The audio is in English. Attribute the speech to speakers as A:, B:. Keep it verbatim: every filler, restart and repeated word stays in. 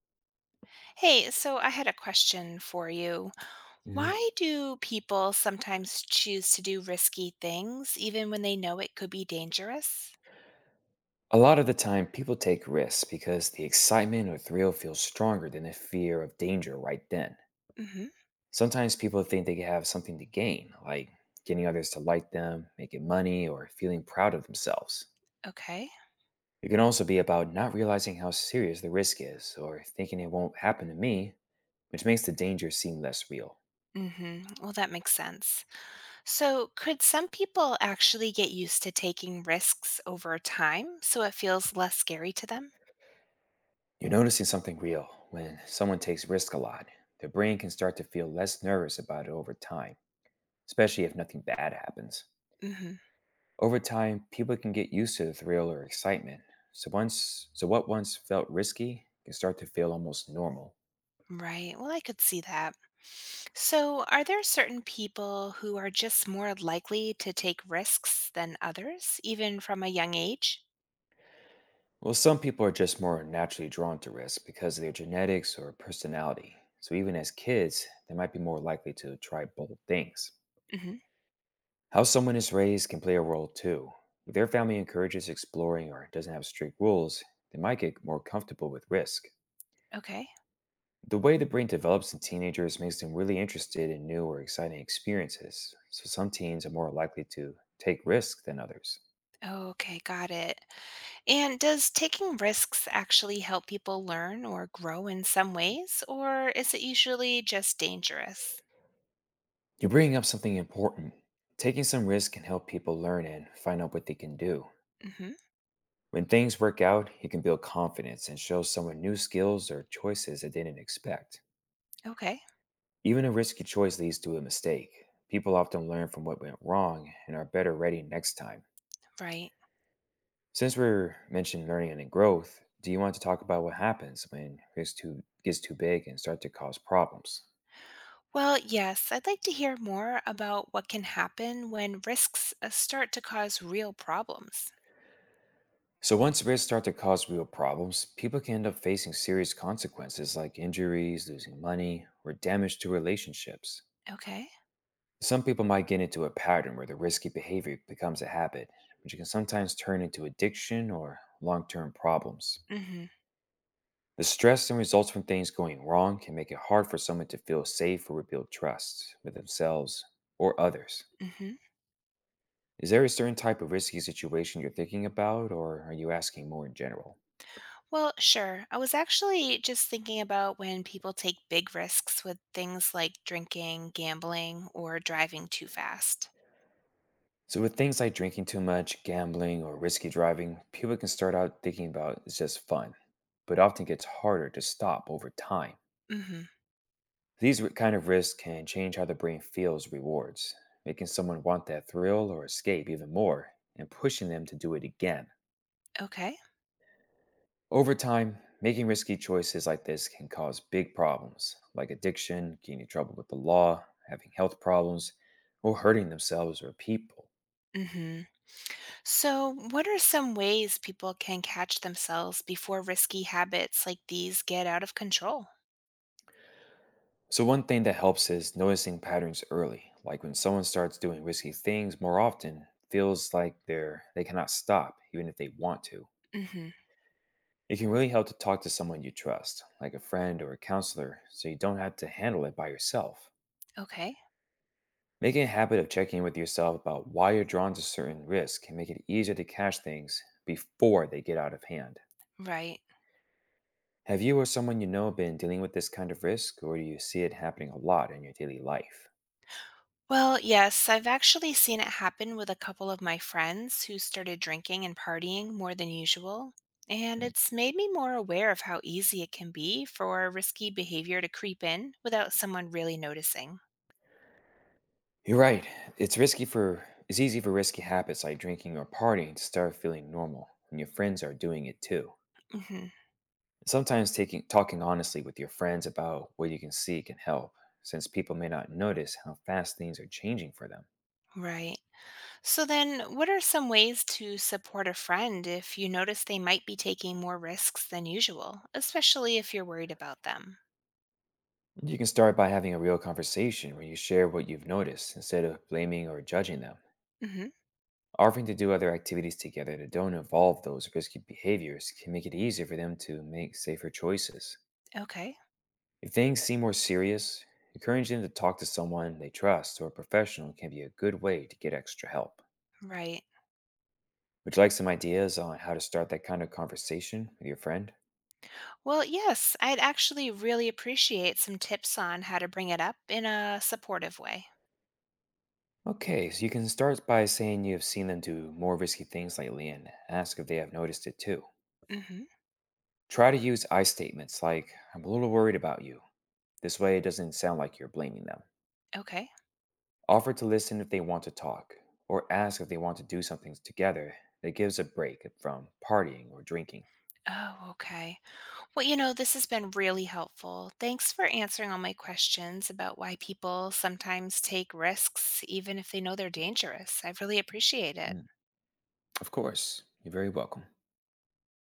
A: Hey, so I had a question for you.
B: Mhm.
A: Why do people sometimes choose to do risky things even when they know it could be dangerous?
B: A lot of the time, people take risks because the excitement or thrill feels stronger than the fear of danger right then.
A: Hmm.
B: Sometimes people think they have something to gain, like getting others to like them, making money, or feeling proud of themselves.
A: Okay.
B: It can also be about not realizing how serious the risk is or thinking it won't happen to me, which makes the danger seem less real.
A: Hmm. Well, that makes sense. So, could some people actually get used to taking risks over time so it feels less scary to them?
B: You're noticing something real when someone takes risk a lot. Their brain can start to feel less nervous about it over time, especially if nothing bad happens.
A: Hmm.
B: Over time, people can get used to the thrill or excitement. So once so what once felt risky can start to feel almost normal.
A: Right. Well, I could see that. So, are there certain people who are just more likely to take risks than others, even from a young age?
B: Well, some people are just more naturally drawn to risk because of their genetics or personality. So even as kids, they might be more likely to try bold things. How someone is raised can play a role too. If their family encourages exploring or doesn't have strict rules, they might get more comfortable with risk.
A: Okay.
B: The way the brain develops in teenagers makes them really interested in new or exciting experiences, so some teens are more likely to take risks than others.
A: Okay, got it. And does taking risks actually help people learn or grow in some ways, or is it usually just dangerous?
B: You're bringing up something important. Taking some risk can help people learn and find out what they can do.
A: Hmm.
B: When things work out, you can build confidence and show someone new skills or choices they didn't expect.
A: Okay,
B: Even a risky choice leads to a mistake. People often learn from what went wrong and are better ready next time.
A: right.
B: Since we're mentioning learning and growth, do you want to talk about what happens when risk too gets too big and start to cause problems?
A: Well, yes, I'd like to hear more about what can happen when risks uh, start to cause real problems.
B: So once risks start to cause real problems, people can end up facing serious consequences like injuries, losing money, or damage to relationships.
A: Okay.
B: Some people might get into a pattern where the risky behavior becomes a habit, which can sometimes turn into addiction or long-term problems.
A: Mm-hmm.
B: The stress and results from things going wrong can make it hard for someone to feel safe or rebuild trust with themselves or others.
A: Mm-hmm.
B: Is there a certain type of risky situation you're thinking about, or are you asking more in general?
A: Well, sure. I was actually just thinking about when people take big risks with things like drinking, gambling, or driving too fast.
B: So, with things like drinking too much, gambling, or risky driving, people can start out thinking about it's just fun, but often gets harder to stop over time.
A: Mm-hmm.
B: These ri- kind of risks can change how the brain feels rewards, making someone want that thrill or escape even more and pushing them to do it again.
A: Okay.
B: Over time, making risky choices like this can cause big problems, like addiction, getting in trouble with the law, having health problems, or hurting themselves or people.
A: Hmm. So, what are some ways people can catch themselves before risky habits like these get out of control?
B: So, one thing that helps is noticing patterns early, like when someone starts doing risky things more often, feels like they're they cannot stop even if they want to.
A: Hmm.
B: It can really help to talk to someone you trust, like a friend or a counselor, so you don't have to handle it by yourself.
A: Okay.
B: Making a habit of checking in with yourself about why you're drawn to certain risks can make it easier to catch things before they get out of hand.
A: Right.
B: Have you or someone you know been dealing with this kind of risk, or do you see it happening a lot in your daily life?
A: Well, yes, I've actually seen it happen with a couple of my friends who started drinking and partying more than usual. And
B: Hmm.
A: it's made me more aware of how easy it can be for risky behavior to creep in without someone really noticing.
B: You're right. It's risky for it's easy for risky habits like drinking or partying to start feeling normal when your friends are doing it too.
A: Hmm.
B: Sometimes taking talking honestly with your friends about what you can see can help, since people may not notice how fast things are changing for them.
A: Right. So then, what are some ways to support a friend if you notice they might be taking more risks than usual, especially if you're worried about them?
B: You can start by having a real conversation where you share what you've noticed instead of blaming or judging them.
A: Hmm.
B: Offering to do other activities together that don't involve those risky behaviors can make it easier for them to make safer choices.
A: Okay.
B: If things seem more serious, encouraging them to talk to someone they trust or a professional can be a good way to get extra help.
A: Right.
B: Would you like some ideas on how to start that kind of conversation with your friend?
A: Well, yes, I'd actually really appreciate some tips on how to bring it up in a supportive way.
B: Okay, so you can start by saying you have seen them do more risky things lately and ask if they have noticed it too.
A: Hmm.
B: Try to use I statements like, I'm a little worried about you. This way, it doesn't sound like you're blaming them.
A: Okay.
B: Offer to listen if they want to talk, or ask if they want to do something together that gives a break from partying or drinking.
A: Oh, okay. Well, you know, this has been really helpful. Thanks for answering all my questions about why people sometimes take risks, even if they know they're dangerous. I really appreciate it.
B: Mm, Of course, you're very welcome.